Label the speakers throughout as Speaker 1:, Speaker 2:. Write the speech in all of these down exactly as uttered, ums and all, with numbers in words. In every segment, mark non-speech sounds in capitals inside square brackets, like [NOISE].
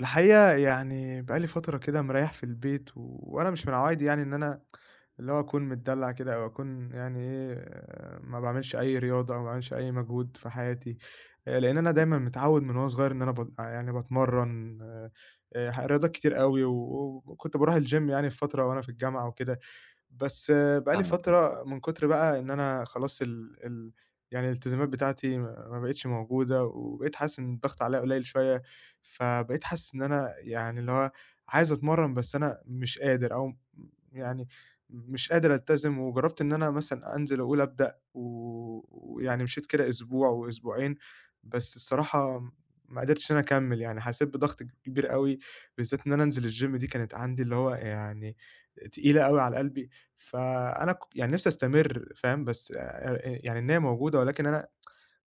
Speaker 1: الحقيقة يعني بقى لي فترة كده مريّح في البيت، و... وأنا مش من عوايدي يعني إن أنا اللي هو أكون متدلّع كده، أو أكون يعني إيه، آه، ما باعملش أي رياضة أو ما باعملش أي مجهود في حياتي، آآ لإن أنا دايمًا
Speaker 2: إمم،
Speaker 1: متعوّد من وأنا صغير إن أنا بت يعني باتمرّن آآ ح رياضات كتير أوي، و وكنت باروح الgym يعني في فترة وأنا في الجامعة وكده. بس بقى لي
Speaker 2: فاهمك طبعًا،
Speaker 1: فترة، من كتر بقى إن أنا خلاص ال ال يعني الالتزامات بتاعتي ما ما بقتش موجودة، وبقيت حاسس إن الضغط عليَّ قليل شوية، فبقيت حاسس إن أنا يعني اللي هو عايز أتمرّن، بس أنا مش قادر، أو م يعني مش قادر ألتزم. وجرّبت إن أنا مثلًا أنزل وأقول أبدأ، و ويعني مشيت كده أسبوع وأسبوعين، بس الصراحة ما قدرتش إن أنا أكمّل، يعني حسيت بضغط كبير أوي، بالذات إن أنا أنزل الgym دي كانت عندي اللي هو يعني تقيلة أوي على قلبي. فأنا ك يعني نِفْسي أستمر فاهم، بس آآ يعني إن هي موجودة، ولكن أنا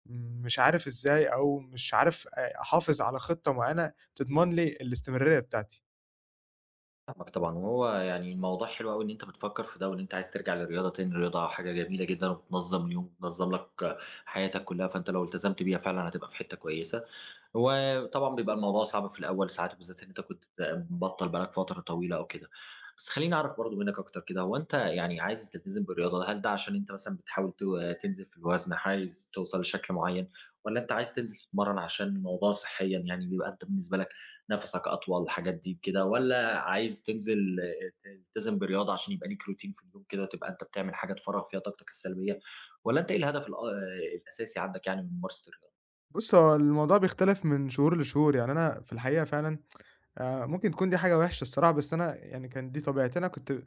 Speaker 1: مش عارف إزاي، أو مش عارف أ أحافظ على خطة معيّنة تضمن لي الاستمرارية بتاعتي.
Speaker 2: فاهمك طبعًا، وهو يعني الموضوع حلو أوي إن أنت بتفكّر في ده وإن أنت عايز ترجع للرياضة تاني، الرياضة حاجة جميلة جدًا وبتنظّم اليوم، بتنظّم لك حياتك كلّها، فأنت لو التزمت بيها فعلًا هتبقى في حتّة كويسة. هو طبعًا بيبقى الموضوع صعب في الأول ساعات، وبالذات إن أنت كنت مبطّل بقى لك فترة طويلة أو كده. بس خلّيني أعرف برضه منّك أكتر كده، هو أنت يعني عايز تلتزم بالرياضة، هل ده عشان أنت مثلًا بتحاول تو تنزل في الوزن، عايز توصل لشكل معيّن، والّا أنت عايز تنزل تتمرّن عشان الموضوع صحيًا يعني بيبقى أنت بالنسبة لك نَفَسك أطول، الحاجات دي كده، والّا عايز تنزل آه، تلتزم برياضة عشان يبقى ليك روتين في اليوم كده، تبقى أنت بتعمل حاجة تفرّغ فيها طاقتك السلبية، والّا أنت إيه الهدف الأ آه، الأساسي عندك يعني من ممارسة الرياضة؟
Speaker 1: بُص، هو الموضوع بيختلف من شهور لشهور، يعني أنا في الحقيقة فعلًا آآ ممكن تكون دي حاجة وِحشة الصراحة، بس أنا يعني كان دي طبيعتي. أنا كنت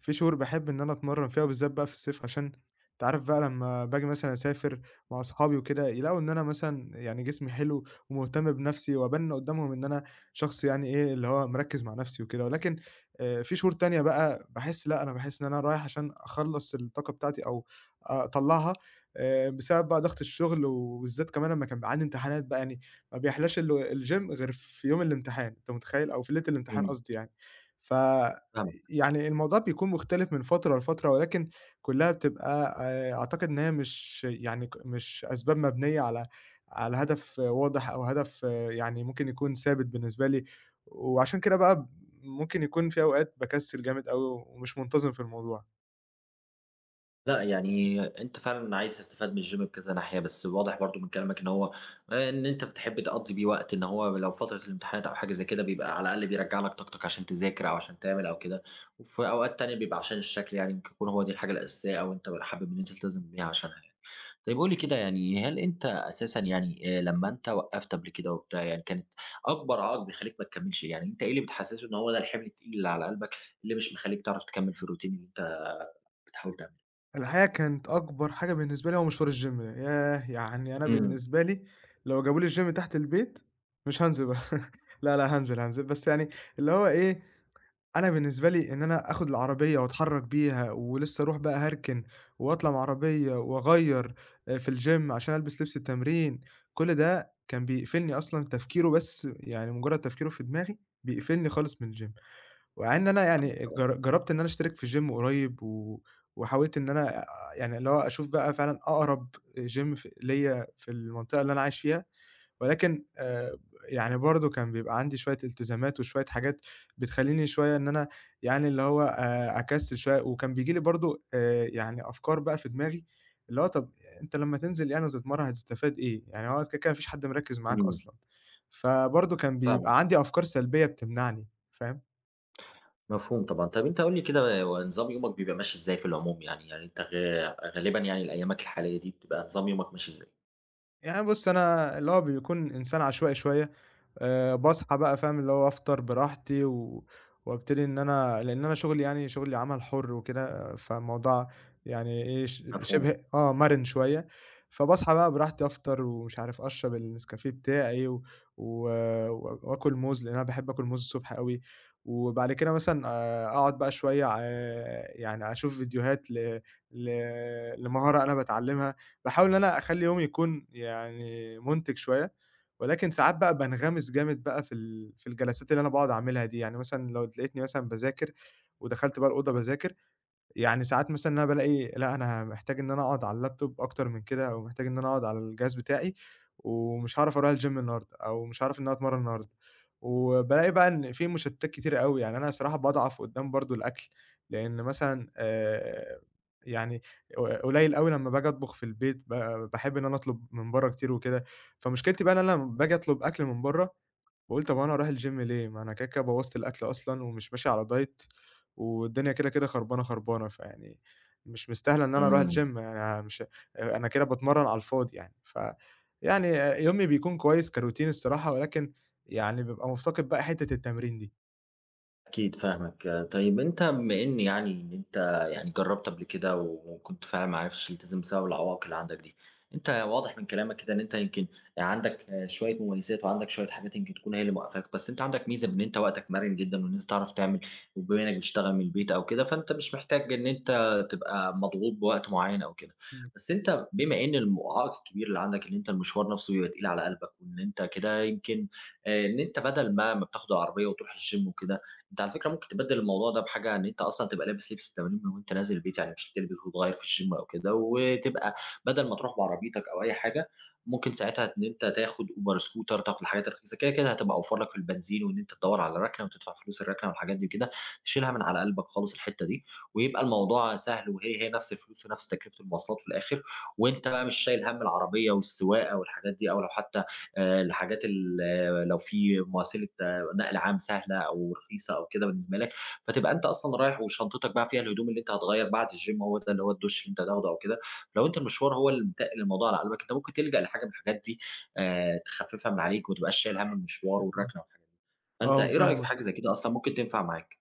Speaker 1: في شهور باحب إن أنا أتمرّن فيها، وبالذات بقى في الصيف عشان أنت عارف بقى لمّا باجي مثلًا أسافر مع أصحابي وكده، يلاقوا إن أنا مثلًا يعني جسمي حلو ومهتم بنَفْسي، وأبان قُدّامهم إن أنا شخص يعني إيه، اللي هو مركِّز مع نَفْسي وكده. ولكن آآ في شهور تانية بقى باحس لأ، أنا باحس إن أنا رايح عشان أخلّص الطاقة بتاعتي أو أطلّعها، آآ بسبب بقى ضغط الشغل، وبالذات كمان لمّا كان بيبقى عندي امتحانات، بقى يعني ما بيحلاش ال الgym غير في يوم الامتحان، أنت متخيّل؟ أو في ليلة الامتحان
Speaker 2: إمم.
Speaker 1: قصدي يعني. ف
Speaker 2: فاهمك.
Speaker 1: يعني الموضوع بيكون مختلف من فترة لفترة، ولكن كلّها بتبقى آآ أعتقد إن هي مش يعني ك مش أسباب مبنية على على هدف واضح، أو هدف يعني ممكن يكون ثابت بالنسبة لي، وعشان كده بقى ممكن يكون في أوقات باكسّل جامد أوي ومش منتظم في الموضوع.
Speaker 2: لأ، يعني أنت فعلًا عايز تستفاد من الgym بكذا ناحية، بس واضح برضه من كلامك إن هو آآ، إن أنت بتحب تقضّي بيه وقت، إن هو لو فترة الامتحانات أو حاجة زي كده بيبقى على الأقل بيرجّع لك طاقتك عشان تذاكر أو عشان تعمل أو كده، وفي أوقات تانية بيبقى عشان الشكل يعني ممكن يكون هو دي الحاجة الأساسية أو أنت حابب إن أنت تلتزم بيها عشانها يعني. طيب قُل لي كده يعني هل أنت أساسًا يعني آآ، لمّا أنت وقّفت قبل كده وبتاع يعني كانت أكبر عائق بيخلّيك ما تكمّلش إيه؟ يعني أنت إيه اللي بتحسّسه إن هو ده الحِمل التقيل اللي على قلبك اللي مش مخلّيك تعرف تكمّل في الروتين اللي أنت بتحاول تعمله؟
Speaker 1: الحقيقة كانت أكبر حاجة بالنسبة لي هو مشوار الgym ده، ياه! يعني أنا
Speaker 2: إمم.
Speaker 1: بالنسبة لي لو جابوا لي الgym تحت البيت، مش هانزل بقى [LAUGHS] لا، لا، هانزل، هانزل، بس يعني اللي هو إيه، أنا بالنسبة لي إن أنا آخُد العربية وأتحرّك بيها ولسه أروح بقى هاركن وأطلع مع عربية وأغيّر آآ في الgym عشان ألبس لبس التمرين، كل ده كان بيقفلني أصلًا تفكيره، بس يعني مجرّد تفكيره في دماغي بيقفلني خالص من الgym. ومع إن أنا
Speaker 2: فاهمك
Speaker 1: يعني
Speaker 2: طبعًا،
Speaker 1: جر جرّبت إن أنا أشترك في gym قريب، و وحاولت إن أنا آآ يعني اللي هو أشوف بقى فعلًا أقرب gym ف ليّا في المنطقة اللي أنا عايش فيها، ولكن آآ يعني برضه كان بيبقى عندي شوية التزامات وشوية حاجات بتخلّيني شوية إن أنا يعني اللي هو آآ أكسّل شوية، وكان بييجي لي برضه آآ يعني أفكار بقى في دماغي، اللي هو طَب أنت لمّا تنزل يعني وتتمرّن هتستفاد إيه؟ يعني هو كده، كده ما فيش حد مركّز معاك
Speaker 2: إمم،
Speaker 1: أصلًا، فبرضه كان
Speaker 2: فاهمك،
Speaker 1: بيبقى عندي أفكار سلبية بتمنعني، فاهم؟
Speaker 2: مفهوم طبعًا. طب أنت قُل لي كده هو نظام يومك بيبقى ماشي إزاي في العموم يعني يعني أنت غ غالبًا يعني لأيامك الحالية دي بتبقى نظام يومك ماشي إزاي؟
Speaker 1: يعني بُص، أنا اللي هو بيكون إنسان عشوائي شوية، آآ باصحى بقى فاهم، اللي هو أفطر براحتي و وابتدي إن أنا لإن أنا شغلي، يعني شغلي عمل حُر وكده، فالموضوع يعني إيه، ش
Speaker 2: مفهوم،
Speaker 1: شِبه آه، مَرِن شوية، فباصحى بقى براحتي أفطر، ومش عارف أشرب النسكافيه بتاعي و و وآكل موز، لإن أنا باحب آكل موز الصبح أوي، وبعد كده مثلًا آآ أقعد بقى شوية ع يعني أشوف فيديوهات ل ل لمهارة أنا باتعلمها. باحاول إن أنا أخلّي يومي يكون يعني مُنتِج شوية، ولكن ساعات بقى بانغمس جامد بقى في ال في الجلسات اللي أنا باقعد أعملها دي، يعني مثلًا لو تلاقيتني مثلًا باذاكر، ودخلت بقى الأوضة باذاكر، يعني ساعات مثلًا أنا بالاقي لأ، أنا محتاج إن أنا أقعد على اللابتوب أكتر من كده، أو محتاج إن أنا أقعد على الجهاز بتاعي، ومش هاعرف أروح الgym النهارده، أو مش هاعرف إن أنا أتمرن النهارده، وبالاقي بقى إن في مشتتات كتيرة أوي، يعني أنا صراحة باضعف قدّام برضه الأكل، لإن مثلًا آآ، يعني ق قليل أوي لمّا باجي أطبخ في البيت، ب باحب إن أنا أطلب من برّه كتير وكده، فمشكلتي بقى إن أنا لمّا باجي أطلب أكل من برّه باقول طب هو أنا رايح الgym ليه؟ ما أنا كده، كده بوّظت الأكل أصلًا، ومش ماشي على diet، والدنيا كده، كده خربانة، خربانة، فيعني مش مستاهلة إن أنا أروح الgym،
Speaker 2: إمم.
Speaker 1: يعني مش أنا كده باتمرّن على الفاضي يعني. ف يعني يومي بيكون كويس كroutine الصراحة، ولكن يعني بابقى مفتقد بقى حتّة التمرين دي.
Speaker 2: أكيد فاهمك. طيب أنت بما إن يعني إن أنت يعني جرّبت قبل كده وكنت فعلًا ما عرفتش تلتزم بسبب العوائق اللي عندك دي، أنت واضح من كلامك كده إن أنت يمكن عندك شوية مميزات وعندك شوية حاجات يمكن تكون هي اللي موقّفاك، بس أنت عندك ميزة بإن أنت وقتك مرن جدًا وإن أنت تعرف تعمل وبما إنك بتشتغل من البيت أو كده، فأنت مش محتاج إن أنت تبقى مضغوط بوقت معيّن أو كده.
Speaker 1: إمم،
Speaker 2: بس أنت بما إن العائق الكبير اللي عندك إن أنت المشوار نفسه بيبقى تقيل على قلبك وإن أنت كده يمكن آآ إن أنت بدل ما ما بتاخد العربية وتروح الgym وكده أنت على فكرة ممكن تبدّل الموضوع ده بحاجة إن أنت أصلًا تبقى لابس لبس التمرين من وأنت نازل البيت، يعني مش هتلبس وتغيّر في الgym أو كده، وتبقى بدل ما تروح بعربيتك أو أي حاجة، ممكن ساعتها إن أنت تاخد Uber scooter تاخد الحاجات الرخيصة، كده، كده هتبقى أوفر لك في البنزين وإن أنت تدوّر على ركنة وتدفع فلوس الركنة والحاجات دي وكده، شيلها من على قلبك خالص الحتّة دي، ويبقى الموضوع سهل وهي، هي نفس الفلوس ونفس تكلفة المواصلات في الآخر، وأنت بقى مش شايل هَم العربية والسواقة والحاجات دي، أو لو حتى آآ الحاجات ال لو في وسيلة نقل عام سهلة أو رخيصة أو كده بالنسبة لك، فتبقى أنت أصلًا رايح وشنطتك بقى فيها الهدوم اللي أنت هتغيّر بعد الgym هو ده اللي هو الدُش اللي أنت هتاخده أو كده، لو أنت المشوار هو اللي متقِّل الموضوع على قلبك، أنت ممكن تلجأ لحاجة من الحاجات دي آآ تخفّفها من عليك وما تبقاش شايل هَم المشوار
Speaker 1: إمم، إمم.
Speaker 2: والركنة والحاجات دي، فأنت
Speaker 1: آه،
Speaker 2: إيه رأيك في حاجة
Speaker 1: فاهمك.
Speaker 2: زي كده أصلًا ممكن تنفع معاك؟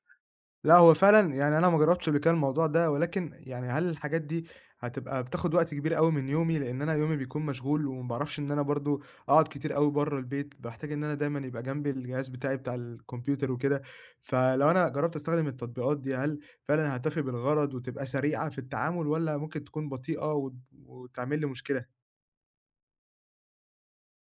Speaker 1: لأ، هو فعلًا يعني أنا ما جرّبتش قبل كده الموضوع ده، ولكن يعني هل الحاجات دي هتبقى بتاخد وقت كبير أوي من يومي؟ لإن أنا يومي بيكون مشغول، وما باعرفش إن أنا برضه أقعد كتير أوي برّه البيت، باحتاج إن أنا دايمًا يبقى جنبي الجهاز بتاعي بتاع الكمبيوتر وكده، فلو أنا جرّبت أستخدم التطبيقات دي، هل فعلًا هتفي بالغرض وتبقى سريعة في التعامل، والّا ممكن تكون بطيئة وت وتعمل لي مشكلة؟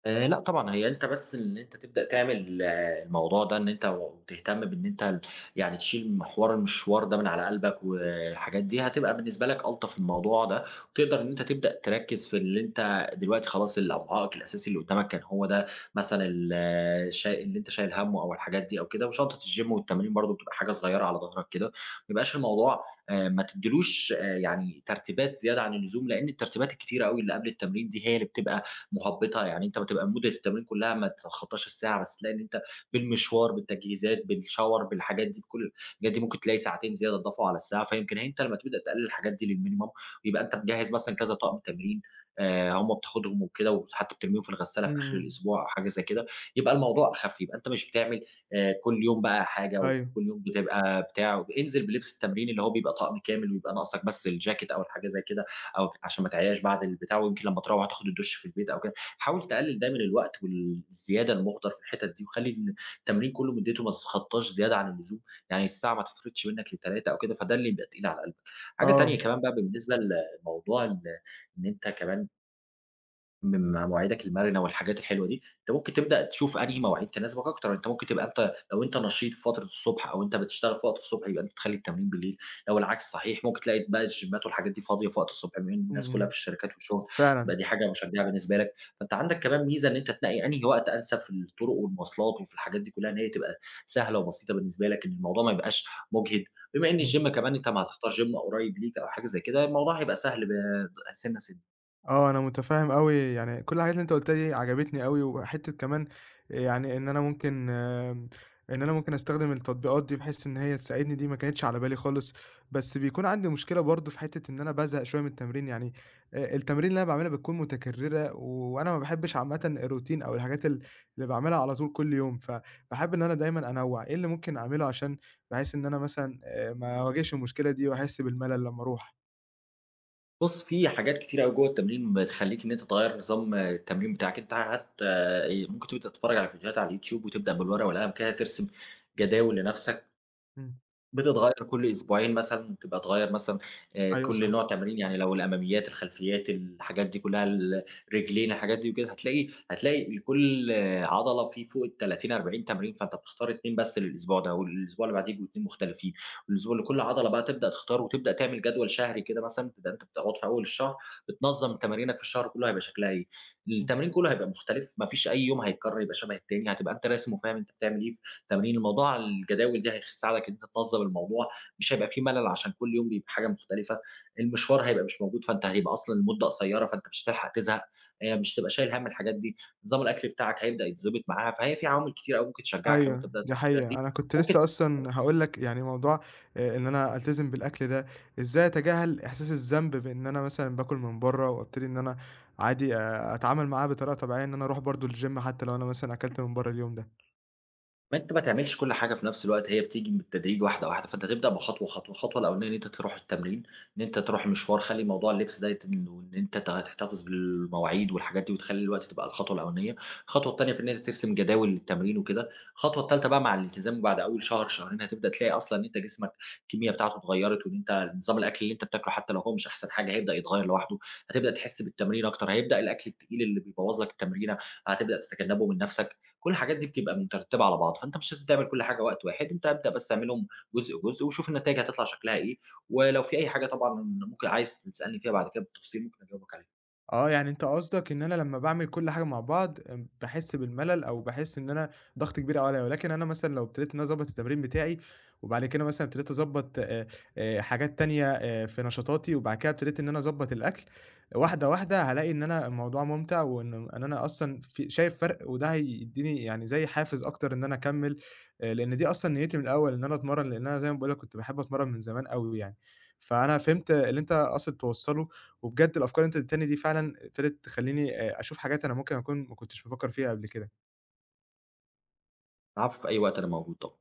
Speaker 2: آآ، لأ طبعًا، هي أنت بس إن أنت تبدأ تعمل آه، الموضوع ده إن أنت و- وتهتم بإن أنت ال يعني تشيل محور المشوار ده من على قلبك والحاجات دي، هتبقى بالنسبة لك ألطف الموضوع ده، وتقدر إن أنت تبدأ تركّز في اللي أنت دلوقتي خلاص العائق الأساسي اللي قدامك كان هو ده مثلًا ال آه، شا اللي أنت شايل هَمّه أو الحاجات دي أو كده، وشنطة الGym والتمرين برضه بتبقى حاجة صغيرة على ضهرك كده، ما يبقاش الموضوع آآ، ما تدّيلوش آآ، يعني ترتيبات زيادة عن اللزوم، لإن الترتيبات الكتيرة أوي اللي قبل التمرين دي هي اللي بتبقى مهبطة، يعني أنت بتبقى مدة التمرين كلها ما تتخطاش الساعة، بس تلاقي إن أنت بالمشوار، بالتجهيزات، بالشاور، بالحاجات دي، بكل الحاجات دي ممكن تلاقي ساعتين زيادة اتضافوا على الساعة، فيمكن أنت لمّا تبدأ تقلل الحاجات دي للminimum يبقى أنت مجهّز مثلًا كذا طقم تمرين، آآ، هم بتاخدهم وكده وحتى بترميهم في الغسالة في
Speaker 1: إمم،
Speaker 2: آخر
Speaker 1: إمم،
Speaker 2: الأسبوع أو حاجة زي كده، يبقى الموضوع أخف، يبقى أنت مش بتعمل آآ، كل يوم بقى حاجة
Speaker 1: أيوه،
Speaker 2: وكل يوم بتبقى بتاع، انزل بلبس التمرين اللي هو بيبقى طقم كامل ويبقى ناقصك بس الجاكيت أو الحاجة زي كده. أو عشان ما تعياش بعد البتاع ويمكن لمّا تروّح تاخد الدُش في البيت أو كده، حاول تقلل ده من الوقت والزيادة المُهدَر في الحتت دي، وخلّي ال التمرين كلّه مدته ما تتخطاش زيادة عن اللزوم، يعني الساعة ما تفرطش منك لتلاتة أو كده، فده اللي يبقى تقيل على قلبك. حاجة
Speaker 1: آه،
Speaker 2: تانية كمان بقى بالنسبة لموضوع ال إن أنت كمان من مواعيدك المرنة والحاجات الحلوة دي، أنت ممكن تبدأ تشوف أنهي مواعيد تناسبك أكتر، أنت ممكن تبقى أنت لو أنت نشيط في فترة الصبح أو أنت بتشتغل في وقت الصبح يبقى أنت تخلّي التمرين بالليل، لو العكس صحيح ممكن تلاقي بقى الجيمات والحاجات دي فاضية في وقت الصبح بما إن
Speaker 1: إمم،
Speaker 2: الناس كلها
Speaker 1: إمم،
Speaker 2: في الشركات والشغل،
Speaker 1: فعلًا،
Speaker 2: تبقى دي حاجة مشجعة بالنسبة لك، فأنت عندك كمان ميزة إن أنت تنقي أنهي وقت أنسب في الطرق والمواصلات وفي الحاجات دي كلها، إن هي تبقى سهلة وبسيطة بالنسبة لك، إن الموضوع ما يبقاش مُجهِد، بما إن
Speaker 1: إمم.
Speaker 2: الجيم كمان أنت ما هتختار جيم قريب ليك أو حاجة زي كده، الموضوع هيبقى سهل ب سِنَّة، سِنَّة.
Speaker 1: آه، أنا متفهّم أوي يعني كل الحاجات اللي أنت قُلتها دي عجبتني أوي، وحتّة كمان يعني إن أنا ممكن آمم، إن أنا ممكن أستخدم التطبيقات دي بحيث إن هي تساعدني، دي ما كانتش على بالي خالص، بس بيكون عندي مشكلة برضه في حتّة إن أنا بازهق شوية من التمرين، يعني آآ، التمارين اللي أنا باعملها بتكون متكررة، و- وأنا ما باحبش عامةً الروتين أو الحاجات ال اللي باعملها على طول كل يوم، فباحب إن أنا دايمًا أنوّع، إيه اللي ممكن أعمله عشان بحيث إن أنا مثلًا آآ، ما أواجهش المشكلة دي وأحس بالملل لمّا أروح؟
Speaker 2: بُص، في حاجات كتيرة أوي جوّه التمرين بتخلّيك إن أنت تغيّر نظام التمرين بتاعك، أنت حتى إيه، ممكن تبدأ تتفرّج على فيديوهات على اليوتيوب وتبدأ بالورقة والقلم كده ترسم جداول لنَفْسك
Speaker 1: إمم،
Speaker 2: بتتغيّر كل أسبوعين مثلًا، بتبقى تغيّر مثلًا آآ
Speaker 1: أيوه
Speaker 2: كل
Speaker 1: صح،
Speaker 2: نوع تمرين، يعني لو الأماميات، الخلفيات، الحاجات دي كلّها، الرجلين، الحاجات دي وكده، هتلاقي هتلاقي لكل آه، عضلة في فوق التلاتين، أربعين تمرين، فأنت بتختار اتنين بس للأسبوع ده، والأسبوع اللي بعديه يبقوا اتنين مختلفين، والأسبوع لكل عضلة بقى تبدأ تختار وتبدأ تعمل جدول شهري كده مثلًا، تبقى أنت بتقعد في أول الشهر بتنظّم تمارينك في الشهر كلّه هيبقى شكلها إيه،
Speaker 1: إمم.
Speaker 2: التمرين كلّه هيبقى مختلف، ما فيش أي يوم هيتكرر يبقى شبه التاني، هتبقى أنت راسم وفاهم أنت بتعمل إيه. تمارين، الموضوع على الجداول دي هيساعدك إن أنت تنظّم الموضوع، مش هيبقى في ملل عشان كل يوم بيبقى حاجة مختلفة، المشوار هيبقى مش موجود، فأنت هيبقى أصلًا المدة قصيّرة، فأنت مش هتلحق تزهق، آآ مش هتبقى شايل هَم الحاجات دي، نظام الأكل بتاعك هيبدأ يتضبط معاها، فهي في عوامل كتيرة أوي ممكن تشجّعك لو أنت
Speaker 1: أيوه،
Speaker 2: بدأت
Speaker 1: دي
Speaker 2: الطريقة
Speaker 1: حقيقة.
Speaker 2: دي،
Speaker 1: أنا كنت
Speaker 2: ممكن
Speaker 1: لسه أصلًا هاقول لك يعني موضوع آآ إن أنا ألتزم بالأكل ده، إزاي أتجاهل إحساس الذنب بإن أنا مثلًا باكل من برّه وأبتدي إن أنا عادي آآ أتعامل معاه بطريقة طبيعية، إن أنا أروح برضه الgym حتى لو أنا مثلًا أكلت من برّه اليوم ده؟
Speaker 2: ما أنت ما تعملش كل حاجة في نفس الوقت، هي بتيجي بالتدريج واحدة، واحدة، فأنت تبدأ بخطوة، خطوة. الخطوة الأولانية إن أنت تروح التمرين، إن أنت تروح مشوار، خلّي موضوع اللبس ده يت وإن أنت ت تحتفظ بالمواعيد والحاجات دي، وتخلّي الوقت تبقى الخطوة الأولانية. الخطوة التانية في إن أنت ترسم جداول للتمرين وكده. الخطوة التالتة بقى مع الالتزام بعد أول شهر، شهرين هتبدأ تلاقي أصلًا إن أنت جسمك الكمية بتاعته اتغيّرت، وإن أنت نظام الأكل اللي أنت بتاكله حتى لو هو مش أحسن حاجة هيبدأ يتغيّر لوحده، هتبدأ تحس بالتمرين أكتر، هيبدأ الأكل التقيل اللي بيبوّظ لك التمرينة هتبدأ تتجنبه من نفسك. كل الحاجات دي بتبقى مترتبة على بعض، فأنت مش لازم تعمل كل حاجة وقت واحد، أنت ابدأ بس اعملهم جزء، جزء، وشوف النتايج هتطلع شكلها إيه، ولو في أي حاجة طبعًا ممكن عايز تسألني فيها بعد كده بالتفصيل ممكن أجاوبك عليها.
Speaker 1: آه، يعني أنت قصدك إن أنا لمّا باعمل كل حاجة مع بعض آمم، باحس بالملل، أو باحس إن أنا ضغط كبير أوي عليَّ، ولكن أنا مثلًا لو ابتديت إن أنا أضبّط التمرين بتاعي، وبعد كده مثلًا ابتديت أضبّط آآ، آآ، حاجات تانية آآ، في نشاطاتي، وبعد كده ابتديت إن أنا أضبّط الأكل، واحدة، واحدة، هالاقي إن أنا الموضوع ممتع، وإن إن أنا أصلًا في شايف فرق، وده هيدّيني يعني زي حافز أكتر إن أنا أكمّل، آآ، لإن دي أصلًا نيّتي من الأول إن أنا أتمرّن، لإن أنا زي ما باقول لك كنت باحب أتمرّن من زمان أوي يعني، فأنا فهمت اللي أنت قاصد توصّله، وبجد الأفكار اللي أنت اديتهاني دي فعلًا ابتدت تخلّيني آآ أشوف حاجات أنا ممكن أكون ما كنتش بافكّر فيها قبل كده.
Speaker 2: العفو، في أي وقت أنا موجود طبعًا.